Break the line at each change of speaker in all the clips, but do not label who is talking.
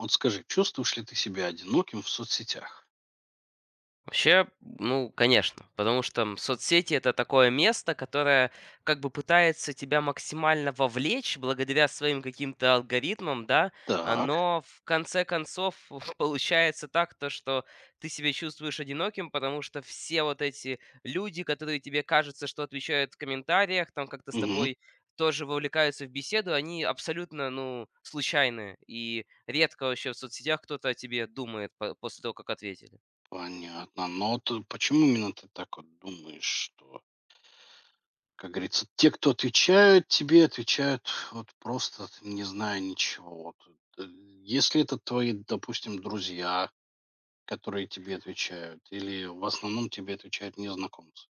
Вот скажи, чувствуешь ли ты себя одиноким в соцсетях?
Вообще, ну, конечно, потому что соцсети это такое место, которое как бы пытается тебя максимально вовлечь благодаря своим каким-то алгоритмам, да,
Так,
но в конце концов получается так, то, что ты себя чувствуешь одиноким, потому что все вот эти люди, которые тебе кажется, что отвечают в комментариях, там как-то с
мгм,
тобой тоже вовлекаются в беседу, они абсолютно, ну, случайные. И редко вообще в соцсетях кто-то о тебе думает после того, как ответили.
понятно. Но вот почему именно ты так вот думаешь, что, как говорится, те, кто отвечают тебе, отвечают вот просто не зная ничего. Вот, э, если это твои, допустим, друзья, которые тебе отвечают, или в основном тебе отвечают незнакомцы?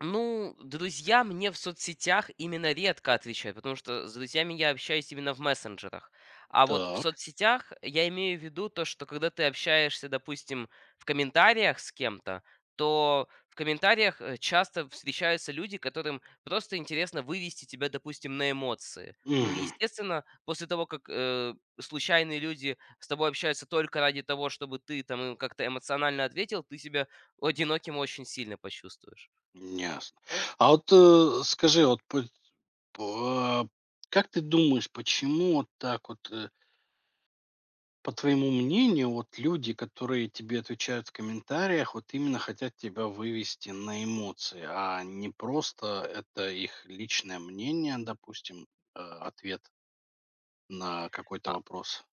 Ну, друзья мне в соцсетях именно редко отвечают, потому что с друзьями я общаюсь именно в мессенджерах. А вот в
Так,
соцсетях я имею в виду то, что когда ты общаешься, допустим, в комментариях с кем-то, то в комментариях часто встречаются люди, которым просто интересно вывести тебя, допустим, на эмоции. Ну, и,
мгм,
естественно, после того, как случайные люди с тобой общаются только ради того, чтобы ты там им как-то эмоционально ответил, ты себя одиноким очень сильно почувствуешь.
ясно. А вот скажи, вот по- как ты думаешь, почему вот так вот по твоему мнению, вот люди, которые тебе отвечают в комментариях, вот именно хотят тебя вывести на эмоции, а не просто это их личное мнение, допустим, ответ на какой-то
А
вопрос.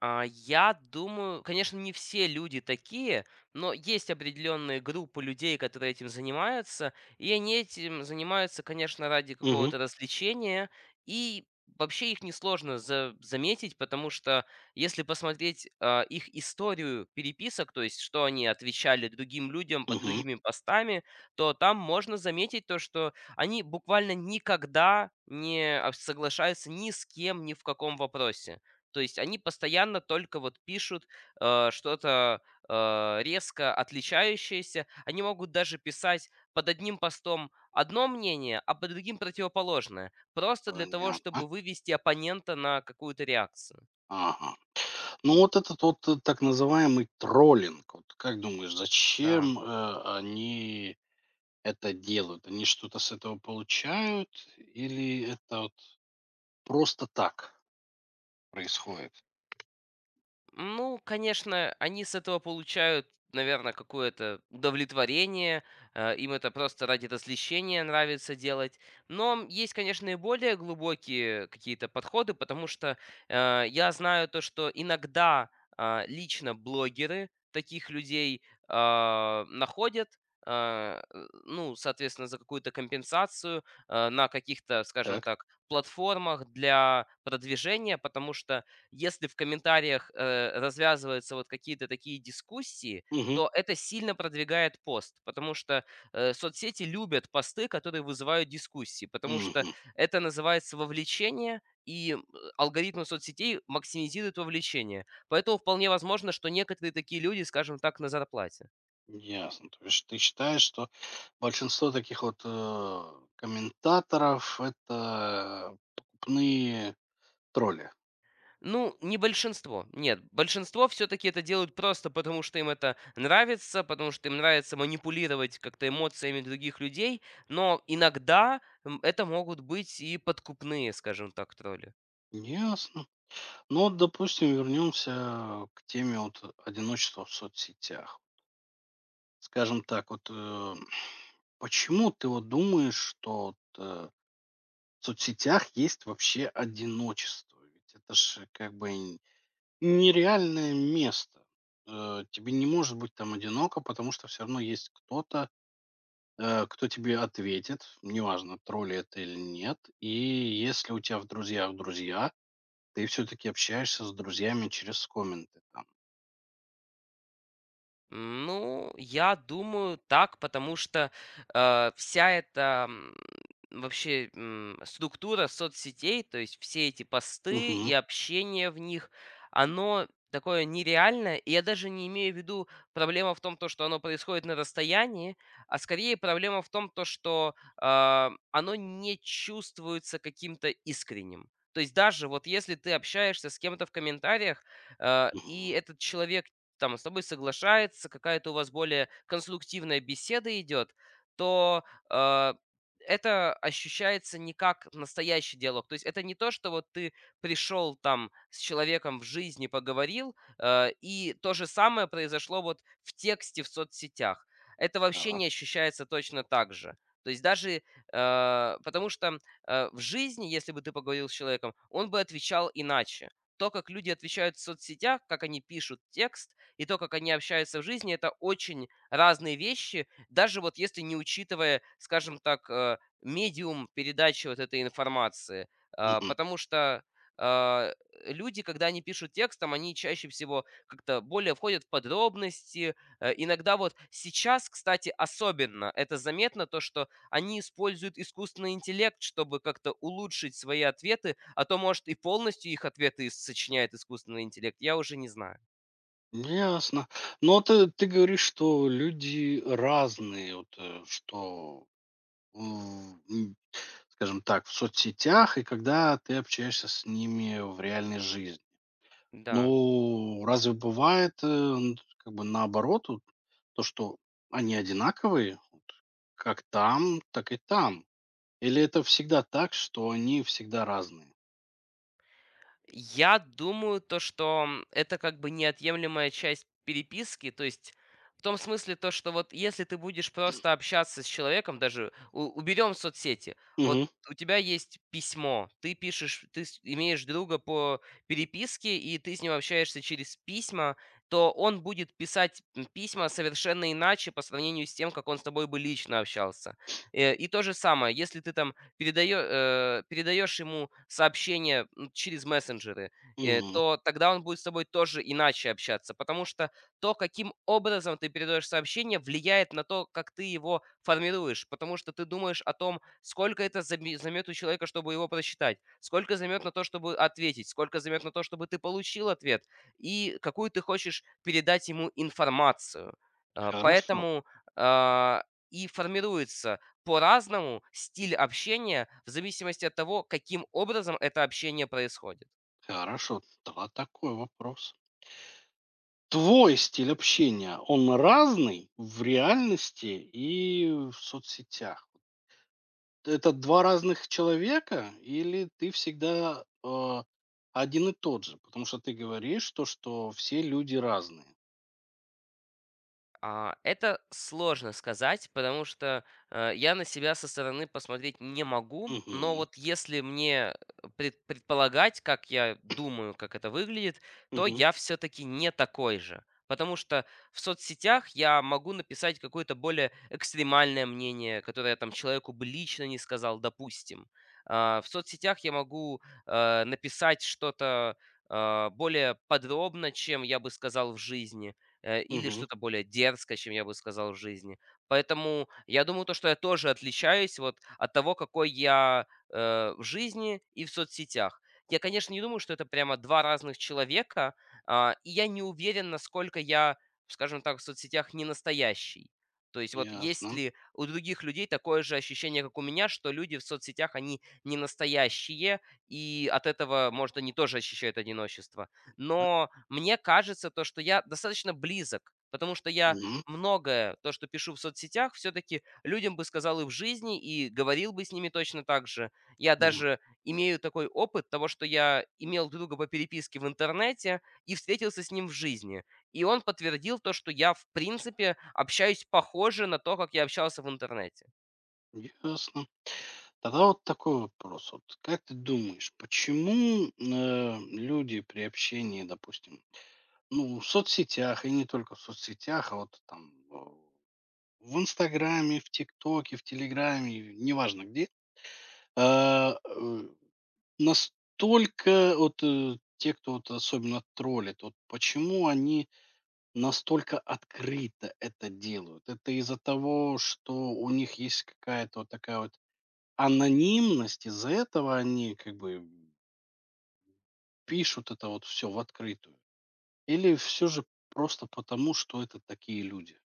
Я думаю, конечно, не все люди такие, но есть определенные группы людей, которые этим занимаются, и они этим занимаются, конечно, ради
Угу,
какого-то развлечения, и вообще их несложно заметить, потому что если посмотреть их историю переписок, то есть что они отвечали другим людям под
мгм.
другими постами, то там можно заметить то, что они буквально никогда не соглашаются ни с кем, ни в каком вопросе. То есть они постоянно только вот пишут, э, что-то, резко отличающееся. Они могут даже писать под одним постом одно мнение, а под другим противоположное. Просто для того,
Понятно.
чтобы вывести оппонента на какую-то реакцию.
Ага. Ну вот этот вот так называемый троллинг, вот как думаешь,
Да.
зачем они это делают? Они что-то с этого получают или это вот просто так происходит?
Ну, конечно, они с этого получают, наверное, какое-то удовлетворение, им это просто ради развлечения нравится делать. Но есть, конечно, и более глубокие какие-то подходы, потому что я знаю то, что иногда лично блогеры таких людей находят, ну, соответственно, за какую-то компенсацию на каких-то, скажем
Так.
так, платформах для продвижения, потому что если в комментариях, развязываются вот какие-то такие дискуссии, то это сильно продвигает пост, потому что, соцсети любят посты, которые вызывают дискуссии, потому что
Мгм.
это называется вовлечение, и алгоритмы соцсетей максимизируют вовлечение. Поэтому вполне возможно, что некоторые такие люди, скажем так, на зарплате.
Ясно. То есть ты считаешь, что большинство таких вот, комментаторов — это покупные тролли?
Ну, не большинство. Нет, большинство все-таки это делают просто потому, что им это нравится, потому что им нравится манипулировать как-то эмоциями других людей, но иногда это могут быть и подкупные, скажем так, тролли.
Ясно. Ну, вот, допустим, вернемся к теме вот одиночества в соцсетях. Скажем так, вот, почему ты вот думаешь, что вот, в соцсетях есть вообще одиночество? Ведь это же как бы нереальное место. Тебе не может быть там одиноко, потому что все равно есть кто-то, кто тебе ответит. Неважно, тролль это или нет. И если у тебя в друзьях друзья, ты все таки общаешься с друзьями через комменты там.
Ну, я думаю, так, потому что вся эта вообще структура соцсетей, то есть все эти посты
Мгм,
и общение в них, оно такое нереальное. И я даже не имею в виду проблема в том, то, что оно происходит на расстоянии, а скорее проблема в том, то, что оно не чувствуется каким-то искренним. То есть даже вот если ты общаешься с кем-то в комментариях, и
мгм.
этот человек там с тобой соглашается, какая-то у вас более конструктивная беседа идет, то э, это ощущается не как настоящий диалог. То есть это не то, что вот ты пришел там с человеком в жизни, поговорил, и то же самое произошло вот в тексте в соцсетях. Это вообще не
Так.
ощущается точно так же. То есть даже, потому что в жизни, если бы ты поговорил с человеком, он бы отвечал иначе. То, как люди отвечают в соцсетях, как они пишут текст, и то, как они общаются в жизни, это очень разные вещи, даже вот если не учитывая, скажем так, медиум передачи вот этой информации.
Мгм.
Потому что а, люди, когда они пишут текстом, они чаще всего как-то более входят в подробности. Иногда вот сейчас, кстати, особенно это заметно, то, что они используют искусственный интеллект, чтобы как-то улучшить свои ответы, а то, может, и полностью их ответы сочиняет искусственный интеллект, я уже не знаю.
Ну, ясно. Но ты говоришь, что люди разные, вот, что, м, м, скажем так, в соцсетях и когда ты общаешься с ними в реальной жизни.
Да.
Ну, разве бывает, н как бы наоборот, вот то, что они одинаковые как там, так и там? Или это всегда так, что они всегда разные?
Я думаю, то, что, это как бы неотъемлемая часть переписки. То есть в том смысле, то, что вот если ты будешь просто общаться с человеком, даже у уберем соцсети, вот
Мгм,
у тебя есть письмо, ты пишешь, ты с имеешь друга по переписке, и ты с ним общаешься через письма, то он будет писать, письма совершенно иначе по сравнению с тем, как он с тобой бы лично общался. И то же самое, если ты там передаешь ему сообщение, через мессенджеры,
мгм.
то тогда он будет с тобой тоже иначе общаться, потому что то, каким образом ты передаешь сообщение, влияет на то, как ты его формируешь, потому что ты думаешь о том, сколько это заме займет у человека, чтобы его прочитать, сколько займет на то, чтобы ответить, сколько займет на то, чтобы ты получил ответ, и какую ты хочешь передать ему информацию. Э,
Хорошо,
поэтому, а, и формируется по-разному стиль общения в зависимости от того, каким образом это общение происходит.
хорошо. Да, такой вопрос. Твой стиль общения, он разный в реальности и в соцсетях? Это 2 разных человека или ты всегда, один и тот же? Потому что ты говоришь то, что все люди разные.
Это сложно сказать, потому что, я на себя со стороны посмотреть не могу, но
Мгм.
вот если мне предполагать, как я думаю, как это выглядит, то
Мгм.
я все таки не такой же. Потому что в соцсетях я могу написать какое-то более экстремальное мнение, которое я там человеку бы лично не сказал, допустим. В соцсетях я могу, написать что-то, более подробно, чем я бы сказал в жизни, э, или
Мгм.
что-то более дерзкое, чем я бы сказал в жизни. Поэтому я думаю, то, что я тоже отличаюсь вот от того, какой я, э, в жизни и в соцсетях. Я, конечно, не думаю, что это прямо два разных человека, и я не уверен, насколько я, скажем так, в соцсетях не настоящий. То есть вот есть
Ясно.
ли у других людей такое же ощущение, как у меня, что люди в соцсетях, они не настоящие, и от этого, может, они тоже ощущают одиночество.
Так.
Но мне кажется, то, что я достаточно близок, потому что я
Мгм.
многое, то, что пишу в соцсетях, все-таки людям бы сказал и в жизни, и говорил бы с ними точно так же. Я
Мгм.
даже имею такой опыт того, что я имел друга по переписке в интернете и встретился с ним в жизни. И он подтвердил то, что я, в принципе, общаюсь похоже на то, как я общался в интернете.
Ясно. Тогда вот такой вопрос. Вот как ты думаешь, почему, люди при общении, допустим, ну, в соцсетях, и не только в соцсетях, а вот там, в "Инстаграме", в "Тиктоке", в "Телеграме", неважно где, а, э настолько вот, те, кто вот особенно троллит, вот почему они настолько открыто это делают? Это из-за того, что у них есть какая-то вот такая вот анонимность, из-за этого они как бы пишут это вот все в открытую? Или все же просто потому, что это такие люди?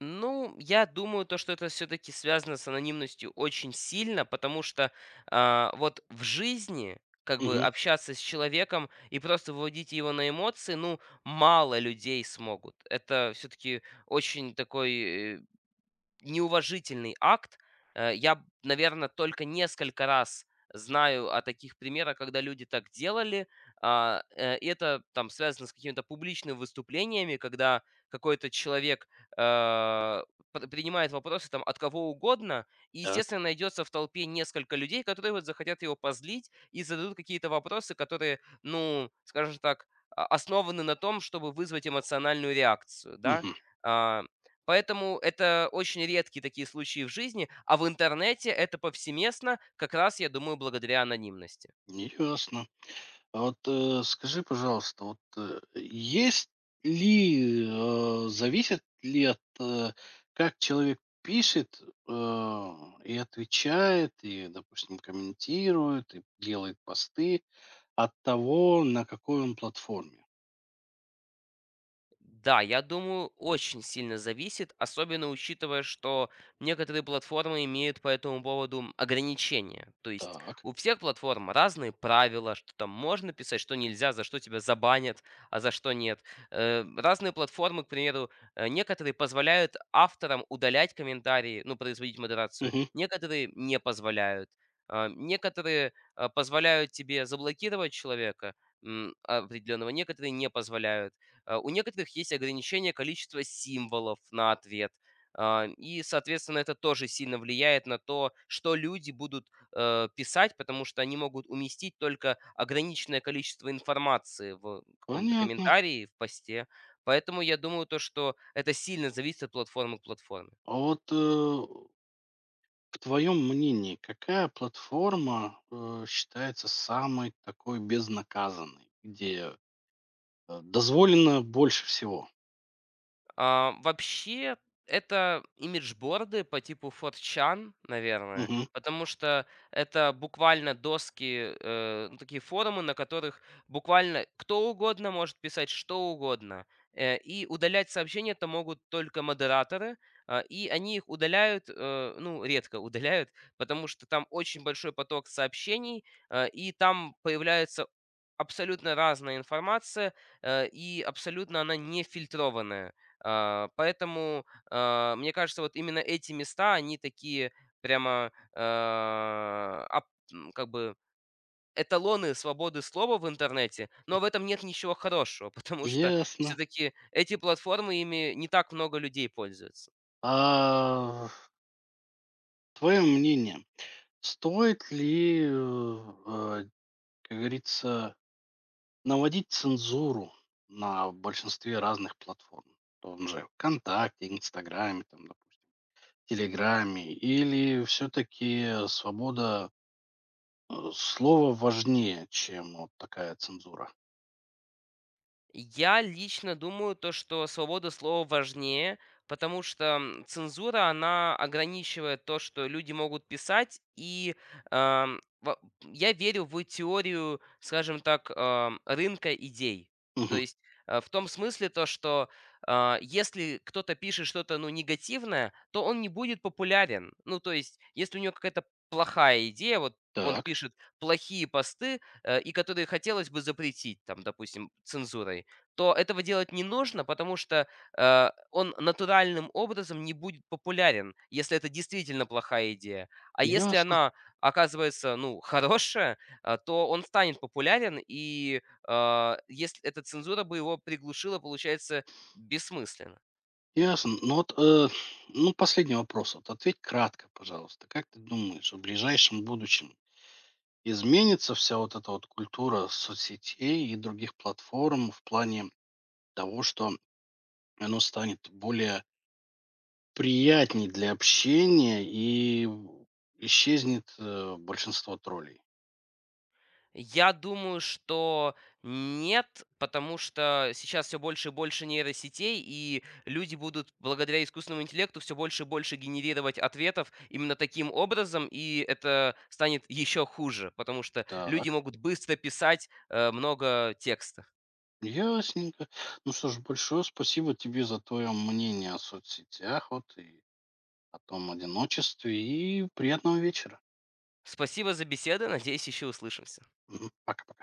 Ну, я думаю, то, что это все-таки связано с анонимностью очень сильно, потому что вот в жизни как бы
Мгм.
общаться с человеком и просто выводить его на эмоции, ну, мало людей смогут. Это все-таки очень такой неуважительный акт. Я, наверное, только несколько раз знаю о таких примерах, когда люди так делали. И это там связано с какими-то публичными выступлениями, когда какой-то человек э, принимает вопросы там от кого угодно, и,
Так.
естественно, найдется в толпе несколько людей, которые вот захотят его позлить и зададут какие-то вопросы, которые, ну, скажем так, основаны на том, чтобы вызвать эмоциональную реакцию, да.
Угу.
А, Поэтому это очень редкие такие случаи в жизни, а в интернете это повсеместно, как раз, я думаю, благодаря анонимности.
Ясно. А вот, скажи, пожалуйста, вот, есть ли, зависит ли от, как человек пишет, э, и отвечает, и, допустим, комментирует, и делает посты, от того, на какой он платформе?
Да, я думаю, очень сильно зависит, особенно учитывая, что некоторые платформы имеют по этому поводу ограничения. То есть
Так,
у всех платформ разные правила, что там можно писать, что нельзя, за что тебя забанят, а за что нет. Разные платформы, к примеру, некоторые позволяют авторам удалять комментарии, ну, производить модерацию,
мгм,
некоторые не позволяют. Некоторые позволяют тебе заблокировать человека определенного, некоторые не позволяют. У некоторых есть ограничение количества символов на ответ. И, соответственно, это тоже сильно влияет на то, что люди будут писать, потому что они могут уместить только ограниченное количество информации в каком-то
понятно.
комментарии, в посте. Поэтому я думаю то, что это сильно зависит от платформы к платформе.
А вот, в твоем мнении, какая платформа, считается самой такой безнаказанной, где, дозволено больше всего?
Вообще, это имиджборды по типу 4chan, наверное, потому что это буквально доски, ну, такие форумы, на которых буквально кто угодно может писать что угодно. И удалять сообщения это могут только модераторы, и они их удаляют, ну, редко удаляют, потому что там очень большой поток сообщений, и там появляется абсолютно разная информация, и абсолютно она не фильтрованная. Поэтому мне кажется, вот именно эти места, они такие прямо, как бы эталоны свободы слова в интернете, но в этом нет ничего хорошего, потому что
Ясно.
все-таки эти платформы, ими не так много людей пользуются.
А твое мнение, стоит ли, а, как говорится, наводить цензуру на большинстве разных платформ? В том же "ВКонтакте", "Инстаграме", там, допустим, "Телеграме", или все-таки свобода, слова важнее, чем вот такая цензура?
Я лично думаю, то, что свобода слова важнее, потому что цензура, она ограничивает то, что люди могут писать, и я верю в теорию, скажем так, рынка идей. То
Мгм.
есть в том смысле то, что если кто-то пишет что-то ну, негативное, то он не будет популярен. Ну, то есть если у него какая-то плохая идея, вот он
Так.
пишет плохие посты, и которые хотелось бы запретить, там, допустим, цензурой, то этого делать не нужно, потому что, он натуральным образом не будет популярен, если это действительно плохая идея. А если
Ясно,
она оказывается, ну, хорошая, а, то он станет популярен, и если эта цензура бы его приглушила, получается, бессмысленно.
ясно. Ну вот, ну, последний вопрос. Вот ответь кратко, пожалуйста. Как ты думаешь, в ближайшем будущем изменится вся вот эта вот культура соцсетей и других платформ в плане того, что оно станет более приятней для общения и исчезнет большинство троллей.
Я думаю, что нет, потому что сейчас все больше и больше нейросетей, и люди будут благодаря искусственному интеллекту все больше и больше генерировать ответов именно таким образом, и это станет еще хуже, потому что люди
Так,
могут быстро писать много текста.
ясненько. Ну что ж, большое спасибо тебе за твое мнение о соцсетях, вот и о том одиночестве, и приятного вечера.
Спасибо за беседу, надеюсь, еще услышимся.
Мгм. Пока-пока.